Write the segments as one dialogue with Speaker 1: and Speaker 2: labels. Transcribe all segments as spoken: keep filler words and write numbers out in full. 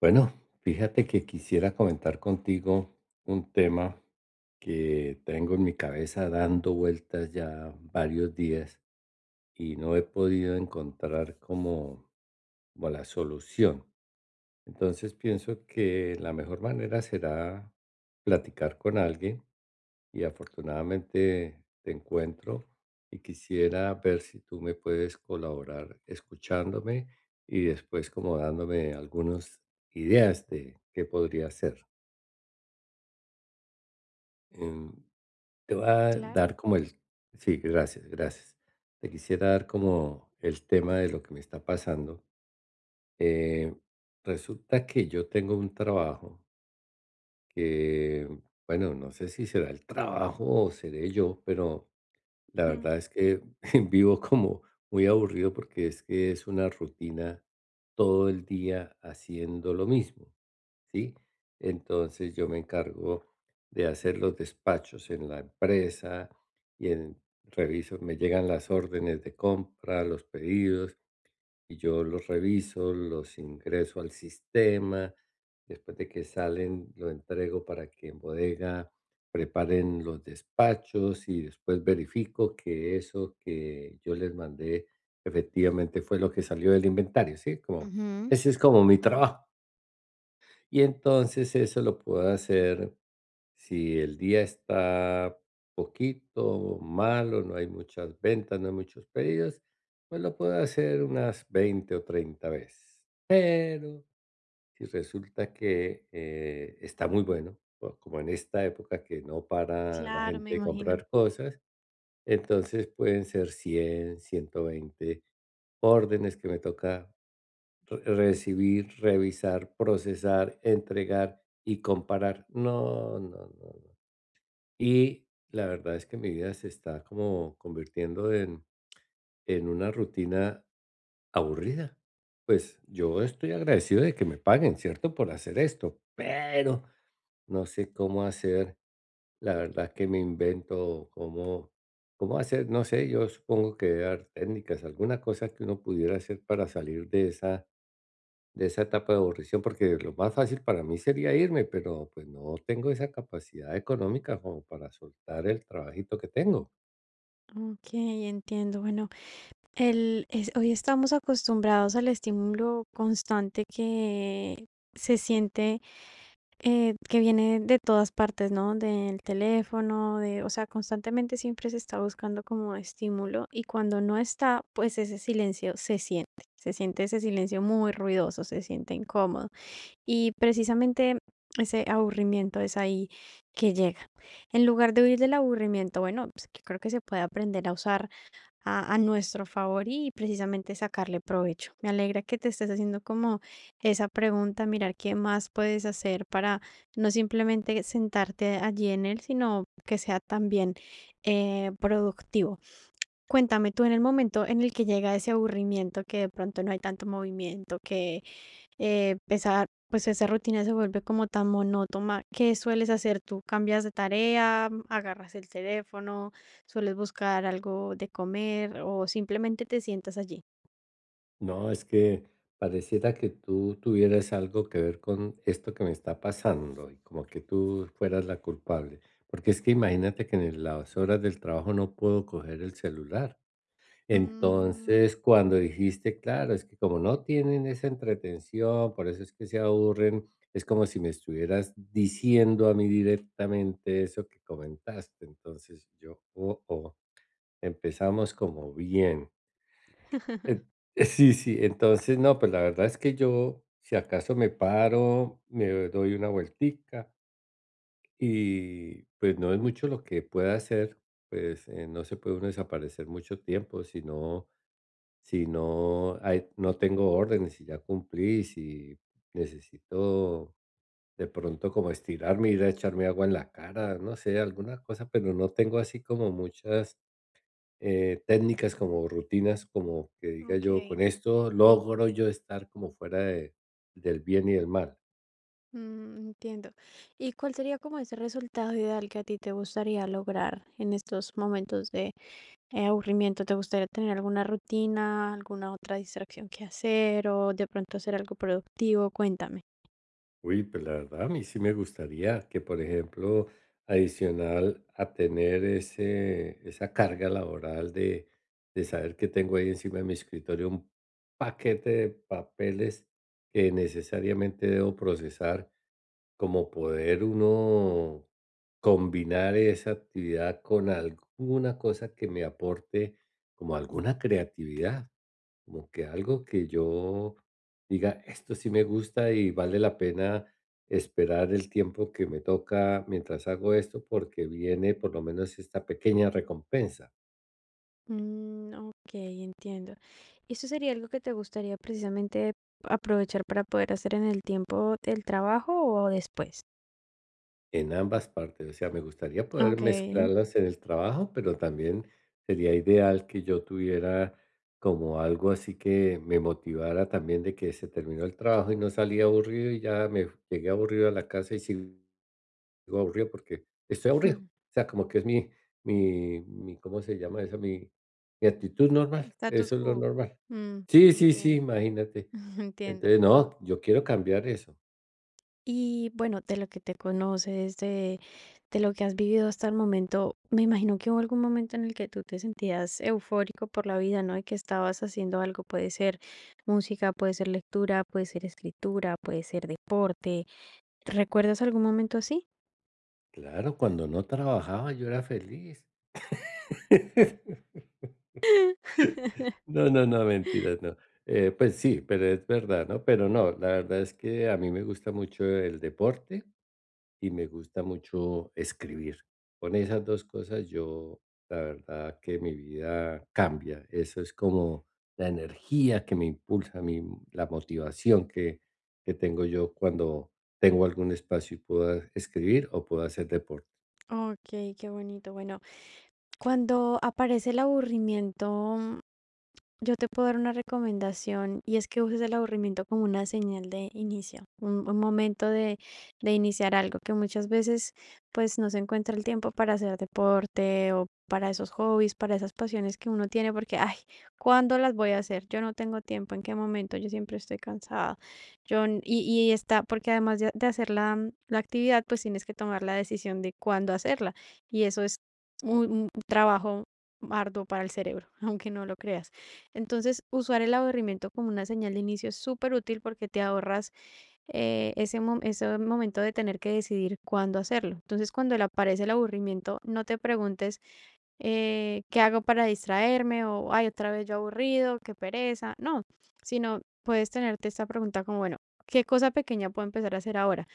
Speaker 1: Bueno, fíjate que quisiera comentar contigo un tema que tengo en mi cabeza dando vueltas ya varios días y no he podido encontrar como, como la solución. Entonces pienso que la mejor manera será platicar con alguien y afortunadamente te encuentro y quisiera ver si tú me puedes colaborar escuchándome y después como dándome algunas ideas de qué podría hacer. Em, Te voy a
Speaker 2: Claro.
Speaker 1: dar como el... Sí, gracias, gracias. Te quisiera dar como el tema de lo que me está pasando. Eh, Resulta que yo tengo un trabajo que, bueno, no sé si será el trabajo o seré yo, pero la
Speaker 2: Ujú.
Speaker 1: verdad es que vivo como muy aburrido porque es que es una rutina todo el día haciendo lo mismo, ¿sí? Entonces yo me encargo de hacer los despachos en la empresa y en, reviso, me llegan las órdenes de compra, los pedidos y yo los reviso, los ingreso al sistema. Después de que salen, lo entrego para que en bodega preparen los despachos y después verifico que eso que yo les mandé efectivamente fue lo que salió del inventario, ¿sí? Como, ese es como mi trabajo. Y entonces eso lo puedo hacer si el día está poquito malo, no hay muchas ventas, no hay muchos pedidos, pues lo puedo hacer unas veinte o treinta veces. Pero si resulta que eh, está muy bueno, o como en esta época que no para la
Speaker 2: Claro, me
Speaker 1: gente de
Speaker 2: imagino.
Speaker 1: comprar cosas, entonces pueden ser cien, ciento veinte órdenes que me toca re- recibir, revisar, procesar, entregar y comparar. No, no, no. Y la verdad es que mi vida se está como convirtiendo en, en una rutina aburrida. Pues yo estoy agradecido de que me paguen, ¿cierto? Por hacer esto, pero no sé cómo hacer. La verdad que me invento cómo, cómo hacer, no sé, yo supongo que debe haber técnicas, alguna cosa que uno pudiera hacer para salir de esa, de esa etapa de aburrición, porque lo más fácil para mí sería irme, pero pues no tengo esa capacidad económica como para soltar el trabajito que tengo.
Speaker 2: Ok, entiendo. Bueno, el, es- hoy estamos acostumbrados al estímulo constante que se siente, eh, que viene de todas partes, ¿no? Del teléfono, de, o sea, constantemente siempre se está buscando como estímulo y cuando no está, pues ese silencio se siente. Se siente ese silencio muy ruidoso, se siente incómodo. Y precisamente ese aburrimiento es ahí que llega. En lugar de huir del aburrimiento, bueno, pues que creo que se puede aprender a usar a, a nuestro favor y precisamente sacarle provecho. Me alegra que te estés haciendo como esa pregunta, mirar qué más puedes hacer para no simplemente sentarte allí en él, sino que sea también eh, productivo. Cuéntame tú en el momento en el que llega ese aburrimiento, que de pronto no hay tanto movimiento, que eh, esa, pues esa rutina se vuelve como tan monótona. ¿Qué sueles hacer tú? ¿Cambias de tarea? ¿Agarras el teléfono? ¿Sueles buscar algo de comer? ¿O simplemente te sientas allí?
Speaker 1: No, es que pareciera que tú tuvieras algo que ver con esto que me está pasando y como que tú fueras la culpable. Porque es que imagínate que en las horas del trabajo no puedo coger el celular.
Speaker 2: Mm.
Speaker 1: Entonces, cuando dijiste, claro, es que como no tienen esa entretención, por eso es que se aburren, es como si me estuvieras diciendo a mí directamente eso que comentaste. Entonces, yo, oh, oh, empezamos como bien. En sí, sí, entonces, no, pues, la verdad es que yo, si acaso me paro, me doy una vueltica y, pues, no es mucho lo que pueda hacer, pues, eh, no se puede uno desaparecer mucho tiempo, si no si no hay, no tengo órdenes, si ya cumplí, si necesito de pronto como estirarme, ir a echarme agua en la cara, no sé, alguna cosa, pero no tengo así como muchas eh, técnicas como rutinas, como que diga
Speaker 2: Ok,
Speaker 1: yo, con esto logro yo estar como fuera de, del bien y del mal.
Speaker 2: mm, entiendo. ¿Y cuál sería como ese resultado ideal que a ti te gustaría lograr en estos momentos de eh, aburrimiento? ¿Te gustaría tener alguna rutina, alguna otra distracción que hacer o de pronto hacer algo productivo? Cuéntame.
Speaker 1: Uy, pues la verdad, a mí sí me gustaría que, por ejemplo, adicional a tener ese, esa carga laboral de, de saber que tengo ahí encima de mi escritorio un paquete de papeles que necesariamente debo procesar, como poder uno combinar esa actividad con alguna cosa que me aporte como alguna creatividad, como que algo que yo diga, esto sí me gusta y vale la pena esperar el tiempo que me toca mientras hago esto porque viene por lo menos esta pequeña recompensa.
Speaker 2: Mm, ok, entiendo. ¿Y eso sería algo que te gustaría precisamente aprovechar para poder hacer en el tiempo del trabajo o después?
Speaker 1: En ambas partes, o sea, me gustaría poder
Speaker 2: Ok.
Speaker 1: mezclarlas en el trabajo, pero también sería ideal que yo tuviera como algo así que me motivara también de que se terminó el trabajo y no salí aburrido y ya me llegué aburrido a la casa y sigo aburrido porque estoy aburrido.
Speaker 2: Ujú.
Speaker 1: O sea, como que es mi, mi, mi, ¿cómo se llama eso? Mi, mi actitud normal,
Speaker 2: Status
Speaker 1: eso es lo
Speaker 2: quo.
Speaker 1: normal.
Speaker 2: Mm,
Speaker 1: Sí, sí, sí,
Speaker 2: entiendo.
Speaker 1: imagínate.
Speaker 2: Entiendo.
Speaker 1: Entonces, no, yo quiero cambiar eso.
Speaker 2: Y bueno, de lo que te conoces, de, de lo que has vivido hasta el momento, me imagino que hubo algún momento en el que tú te sentías eufórico por la vida, ¿no? Y que estabas haciendo algo, puede ser música, puede ser lectura, puede ser escritura, puede ser deporte. ¿Recuerdas algún momento así?
Speaker 1: Claro, cuando no trabajaba yo era feliz. No, no, no, mentiras, no. Eh, pues sí, pero es verdad, ¿no? Pero no, la verdad es que a mí me gusta mucho el deporte y me gusta mucho escribir. Con esas dos cosas yo, la verdad que mi vida cambia. Eso es como la energía que me impulsa, mi, la motivación que, que tengo yo cuando tengo algún espacio y puedo escribir o puedo hacer deporte.
Speaker 2: Okey, qué bonito. Bueno, Cuando aparece el aburrimiento, mm, yo te puedo dar una recomendación y es que uses el aburrimiento como una señal de inicio, un, un momento de, de iniciar algo que muchas veces pues no se encuentra el tiempo para hacer deporte o para esos hobbies, para esas pasiones que uno tiene porque, ay, ¿cuándo las voy a hacer? Yo no tengo tiempo, ¿en qué momento? Yo siempre estoy cansada. Yo, n- y, y está, porque además de, de hacer la, mm, la actividad, pues tienes que tomar la decisión de cuándo hacerla y eso un un trabajo arduo para el cerebro, aunque no lo creas. Entonces, usar el aburrimiento como una señal de inicio es súper útil porque te ahorras eh, ese, mom- ese momento de tener que decidir cuándo hacerlo. Entonces, cuando le aparece el aburrimiento, no te preguntes eh, qué hago para distraerme o, ay, otra vez yo aburrido, qué pereza. No, sino puedes tenerte esta pregunta como, bueno, ¿qué cosa pequeña puedo empezar a hacer ahora?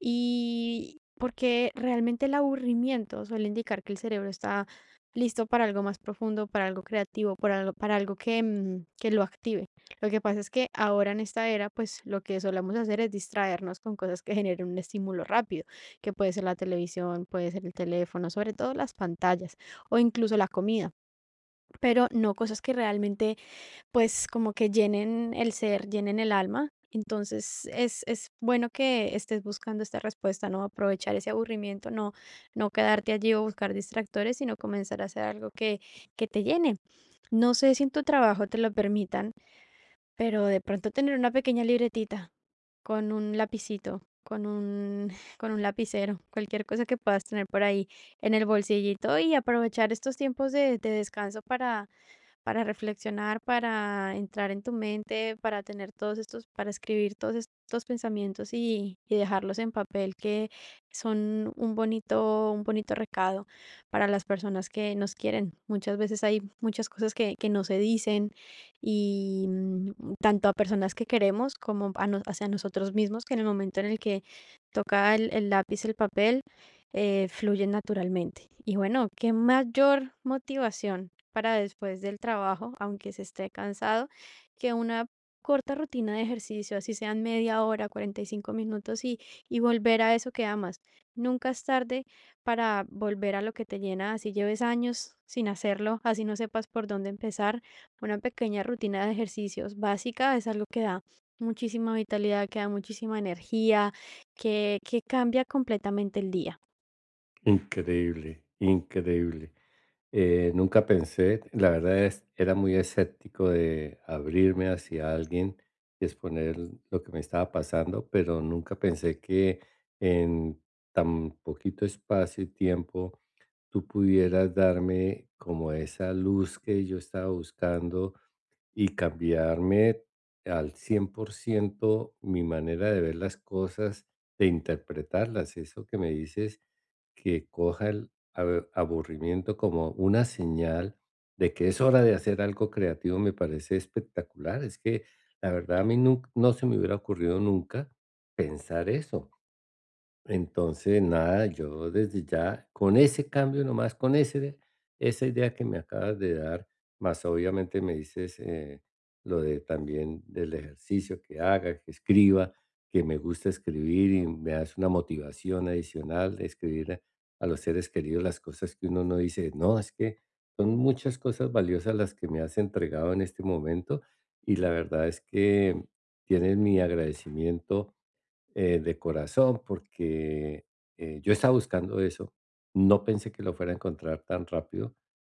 Speaker 2: Y porque realmente el aburrimiento suele indicar que el cerebro está listo para algo más profundo, para algo creativo, para algo, para algo que, mm, que lo active. Lo que pasa es que ahora en esta era, pues lo que solemos hacer es distraernos con cosas que generen un estímulo rápido, que puede ser la televisión, puede ser el teléfono, sobre todo las pantallas o incluso la comida, pero no cosas que realmente pues, como que llenen el ser, llenen el alma. Entonces, es es bueno que estés buscando esta respuesta, ¿no? Aprovechar ese aburrimiento, no no quedarte allí o buscar distractores, sino comenzar a hacer algo que que te llene. No sé si en tu trabajo te lo permitan, pero de pronto tener una pequeña libretita con un lapicito, con un con un lapicero, cualquier cosa que puedas tener por ahí en el bolsillito y aprovechar estos tiempos de de descanso para para reflexionar, para entrar en tu mente, para tener todos estos, para escribir todos estos pensamientos y, y dejarlos en papel, que son un bonito, un bonito recado para las personas que nos quieren. Muchas veces hay muchas cosas que, que no se dicen y mm, tanto a personas que queremos como a nos- hacia nosotros mismos, que en el momento en el que toca el, el lápiz, el papel, eh, fluyen naturalmente. Y bueno, qué mayor motivación para después del trabajo, aunque se esté cansado, que una corta rutina de ejercicio, así sean media hora, cuarenta y cinco minutos y, y volver a eso que amas. Nunca es tarde para volver a lo que te llena, así lleves años sin hacerlo, así no sepas por dónde empezar. Una pequeña rutina de ejercicios básica es algo que da muchísima vitalidad, que da muchísima energía, que, que cambia completamente el día.
Speaker 1: Increíble, increíble. Eh, nunca pensé, la verdad es, era muy escéptico de abrirme hacia alguien y exponer lo que me estaba pasando, pero nunca pensé que en tan poquito espacio y tiempo tú pudieras darme como esa luz que yo estaba buscando y cambiarme al cien por ciento mi manera de ver las cosas, de interpretarlas. Eso que me dices, que coja el abe- aburrimiento como una señal de que es hora de hacer algo creativo, me parece espectacular. Es que la verdad a mí nun- no se me hubiera ocurrido nunca pensar eso. Entonces, nada, yo desde ya, con ese cambio nomás, con ese, de- esa idea que me acabas de dar, más obviamente me dices eh, lo de también del ejercicio que haga, que escriba, que me gusta escribir y me das una motivación adicional de escribir a, a los seres queridos las cosas que uno no dice, no, es que son muchas cosas valiosas las que me has entregado en este momento y la verdad es que tienes mi agradecimiento, eh, de corazón porque, eh, yo estaba buscando eso. No pensé que lo fuera a encontrar tan rápido.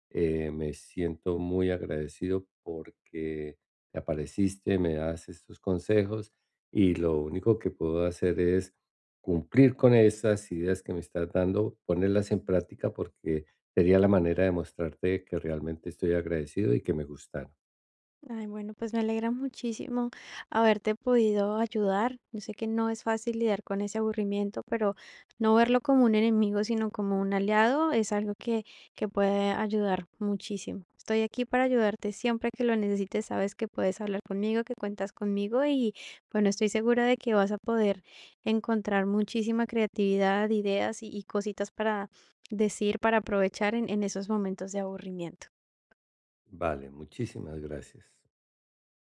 Speaker 1: Eh, me siento muy agradecido porque te apareciste, me das estos consejos y lo único que puedo hacer es cumplir con esas ideas que me estás dando, ponerlas en práctica porque sería la manera de mostrarte que realmente estoy agradecido y que me gustan.
Speaker 2: Ay, bueno, pues me alegra muchísimo haberte podido ayudar. Yo sé que no es fácil lidiar con ese aburrimiento, pero no verlo como un enemigo, sino como un aliado, es algo que, que puede ayudar muchísimo. Estoy aquí para ayudarte siempre que lo necesites. Sabes que puedes hablar conmigo, que cuentas conmigo y bueno, estoy segura de que vas a poder encontrar muchísima creatividad, ideas y, y cositas para decir, para aprovechar en en esos momentos de aburrimiento.
Speaker 1: Vale, muchísimas gracias.